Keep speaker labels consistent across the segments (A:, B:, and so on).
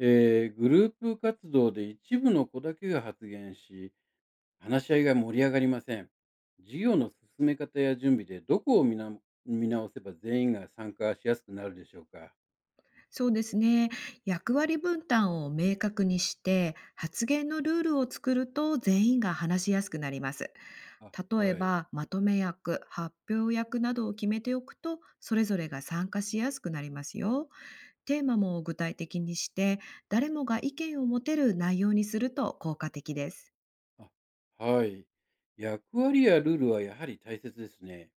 A: グループ活動で一部の子だけが発言し、話し合いが盛り上がりません。授業の進め方や準備でどこを見な見直せば全員が参加しやすくなるでしょうか。
B: そうですね。役割分担を明確にして、発言のルールを作ると全員が話しやすくなります。
A: あ、
B: 例え
A: はい。
B: ば、まとめ役、発表役などを決めておくと、それぞれが参加しやすくなりますよ。テーマも具体的にして、誰もが意見を持てる内容にすると効果的です。
A: あ、はい。役割やルールはやはり大切ですね。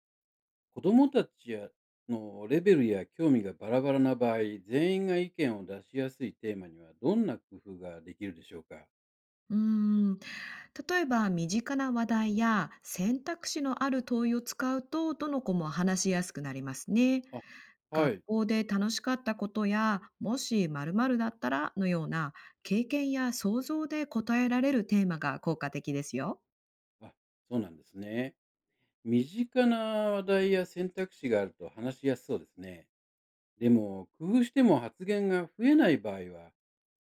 A: 子どもたちやのレベルや興味がバラバラな場合、全員が意見を出しやすいテーマにはどんな工夫ができるでしょうか。
B: うーん例えば、身近な話題や選択肢のある問いを使うと、どの子も話しやすくなりますね。
A: あ、は
B: 学
A: い。
B: 校で楽しかったことや、もし〇〇だったらのような、経験や想像で答えられるテーマが効果的ですよ。
A: あ、そうなんですね。身近な話題や選択肢があると話しやすそうですね。でも、工夫しても発言が増えない場合は、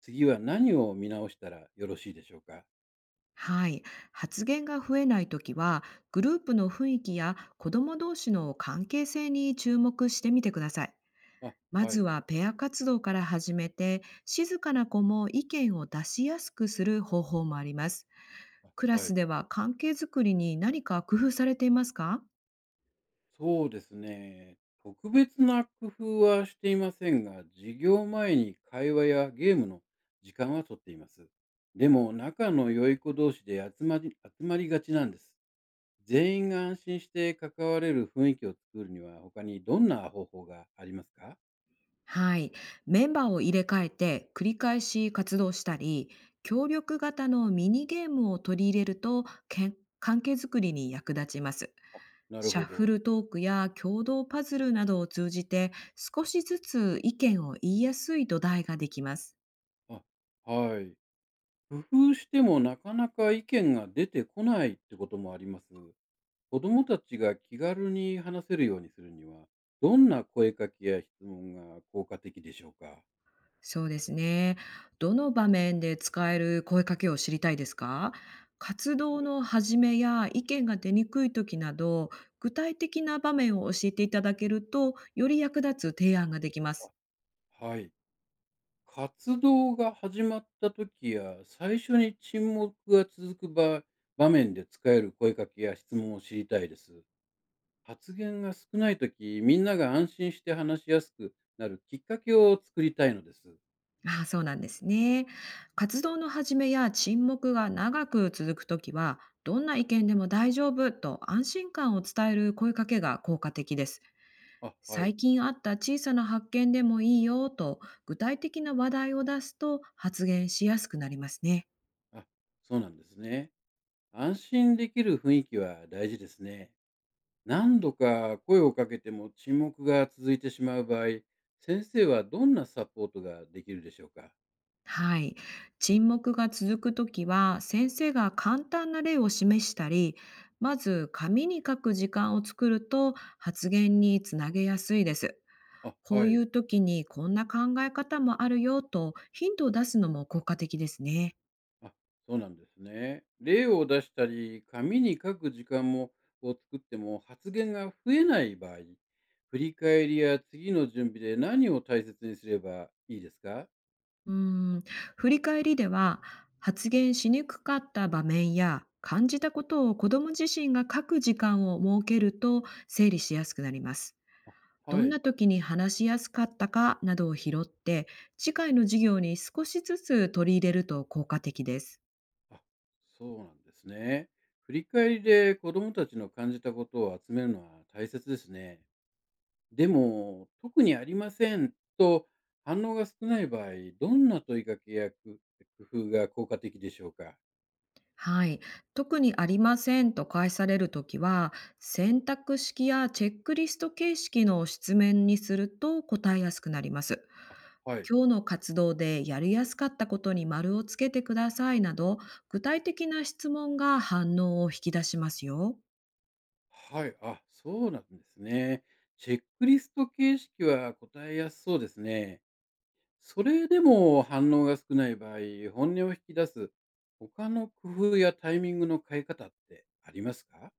A: 次は何を見直したらよろしいでしょうか？
B: はい。発言が増えないときは、グループの雰囲気や子ども同士の関係性に注目してみてください。
A: あ、
B: ま
A: は
B: ず
A: い。
B: はペア活動から始めて、静かな子も意見を出しやすくする方法もあります。
A: あ、
B: クラ
A: は
B: ス
A: い。
B: では関係づくりに何か工夫されていますか？
A: そうですね。特別な工夫はしていませんが、授業前に会話やゲームの時間はとっています。でも、仲の良い子同士で集まりがちなんです。全員が安心して関われる雰囲気を作るには、他にどんな方法がありますか？
B: はい。メンバーを入れ替えて繰り返し活動したり、協力型のミニゲームを取り入れると、関係づくりに役立ちます。
A: あ、なる
B: シャ
A: ほ
B: ッフ
A: ど。
B: ルトークや共同パズルなどを通じて、少しずつ意見を言いやすい土台ができます。
A: あ、はい。工夫してもなかなか意見が出てこないってこともあります。子どもたちが気軽に話せるようにするには、どんな声かけや質問が効果的でしょうか？
B: そうですね。どの場面で使える声かけを知りたいですか？活
A: は
B: 動
A: い。
B: の始めや意見が出にくい時など、具体的な場面を教えていただけると、より役立つ提案ができます。
A: あ、はい。活動が始まった時や、最初に沈黙が続く場面で使える声かけや質問を知りたいです。発言が少ない時、みんなが安心して話しやすくなるきっかけを作りたいのです。
B: ああ、そうなんですね。活動の始めや沈黙が長く続くときは、どんな意見でも大丈夫と、安心感を伝える声かけが効果的です。
A: あ、はい。
B: 最近あった小さな発見でもいいよと、具体的な話題を出すと発言しやすくなりますね。
A: あ、そうなんですね。安心できる雰囲気は大事ですね。何度か声をかけても沈黙が続いてしまう場合、先生はどんなサポートができるでしょうか？
B: はい。沈黙が続くときは、先生が簡単な例を示したり、まず紙に書く時間を作ると発言につなげやすいです。
A: あ、
B: こ
A: は
B: うい
A: い。
B: う時にこんな考え方もあるよと、ヒントを出すのも効果的ですね。
A: あ、そうなんですね。例を出したり、紙に書く時間もを作っても発言が増えない場合、振り返りや次の準備で何を大切にすればいいですか？
B: うーん、振り返りでは、発言しにくかった場面や感じたことを子ども自身が書く時間を設けると、整理しやすくなります。ど
A: は
B: ん
A: い。
B: な時に話しやすかったかなどを拾って、次回の授業に少しずつ取り入れると効果的です。
A: あ、そうなんですね。振り返りで子どもたちの感じたことを集めるのは大切ですね。でも、特にありませんと反応が少ない場合、どんな問いかけや工夫が効果的でしょうか？
B: はい。特にありませんと返されるときは、選択式やチェックリスト形式の質問にすると答えやすくなります。
A: あ、はい。
B: 今日の活動でやりやすかったことに丸をつけてくださいなど、具体的な質問が反応を引き出しますよ。
A: はい。あ、そうなんですね。チェックリスト形式は答えやすそうですね。それでも反応が少ない場合、本音を引き出す他の工夫やタイミングの変え方ってありますか？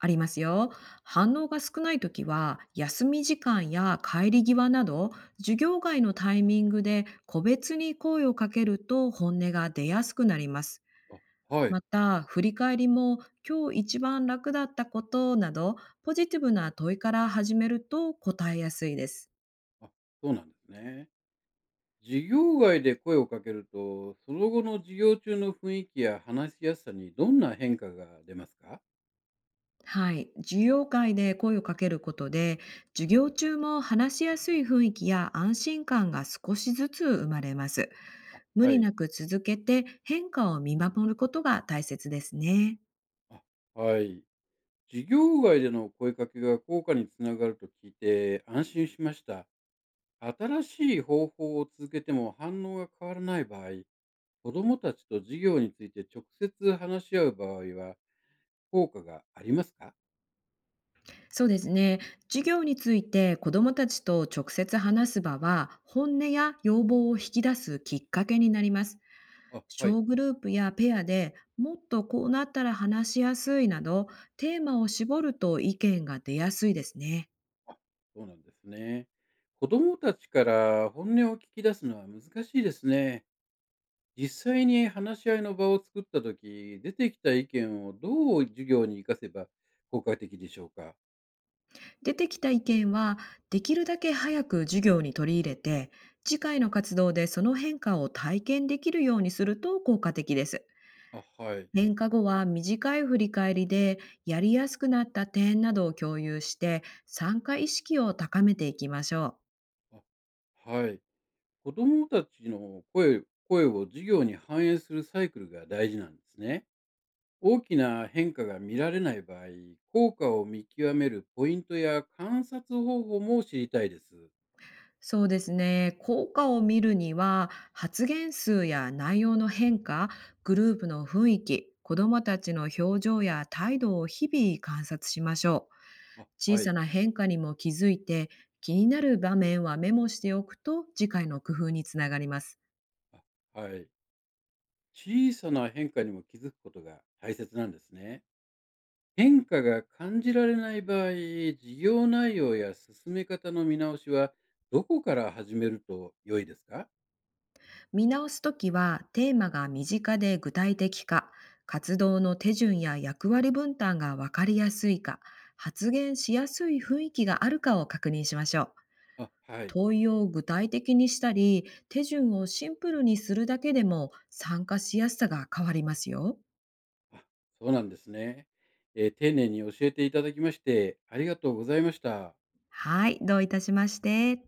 B: ありますよ。反応が少ないときは、休み時間や帰り際など、授業外のタイミングで個別に声をかけると本音が出やすくなります。
A: あはい。
B: また、振り返りも今日一番楽だったことなど、ポジティブな問いから始めると答えやすいです。
A: あ、そうなんですね。授業外で声をかけると、その後の授業中の雰囲気や話しやすさにどんな変化が出ますか？
B: はい。授業会で声をかけることで、授業中も話しやすい雰囲気や安心感が少しずつ生まれます。無
A: は
B: 理
A: い。
B: なく続けて変化を見守ることが大切ですね。
A: あ、はい。授業外での声かけが効果につながると聞いて安心しました。新しい方法を続けても反応が変わらない場合、子どもたちと授業について直接話し合う場合は効果がありますか？
B: そうですね。授業について子どもたちと直接話す場は、本音や要望を引き出すきっかけになります。
A: あ、はい。
B: 小グループやペアで、もっとこうなったら話しやすいなど、テーマを絞ると意見が出やすいですね。
A: あ、そうなんですね。子供たちから本音を聞き出すのは難しいですね。実際に話し合いの場を作ったとき、出てきた意見をどう授業に生かせば効果的でしょうか。
B: 出てきた意見はできるだけ早く授業に取り入れて、次回の活動でその変化を体験できるようにすると効果的です。
A: あ、はい。
B: 変化後は短い振り返りで、やりやすくなった点などを共有して、参加意識を高めていきましょう。
A: あ、はい。子供たちの声を授業に反映するサイクルが大事なんですね。大きな変化が見られない場合、効果を見極めるポイントや観察方法も知りたいです。
B: そうですね。効果を見るには、発言数や内容の変化、グループの雰囲気、子どもたちの表情や態度を日々観察しましょう。
A: あ、
B: 小
A: は
B: さ
A: い。
B: な変化にも気づいて、気になる場面はメモしておくと次回の工夫につながります。
A: あ、はい。小さな変化にも気づくことが大切なんですね。変化が感じられない場合、事業内容や進め方の見直しはどこから始めると良いですか？
B: 見直すときは、テーマが身近で具体的か、活動の手順や役割分担が分かりやすいか、発言しやすい雰囲気があるかを確認しましょう。
A: あ、はい。
B: 問いを具体的にしたり、手順をシンプルにするだけでも参加しやすさが変わりますよ。
A: あ、そうなんですね。丁寧に教えていただきましてありがとうございました。
B: はい、どういたしまして。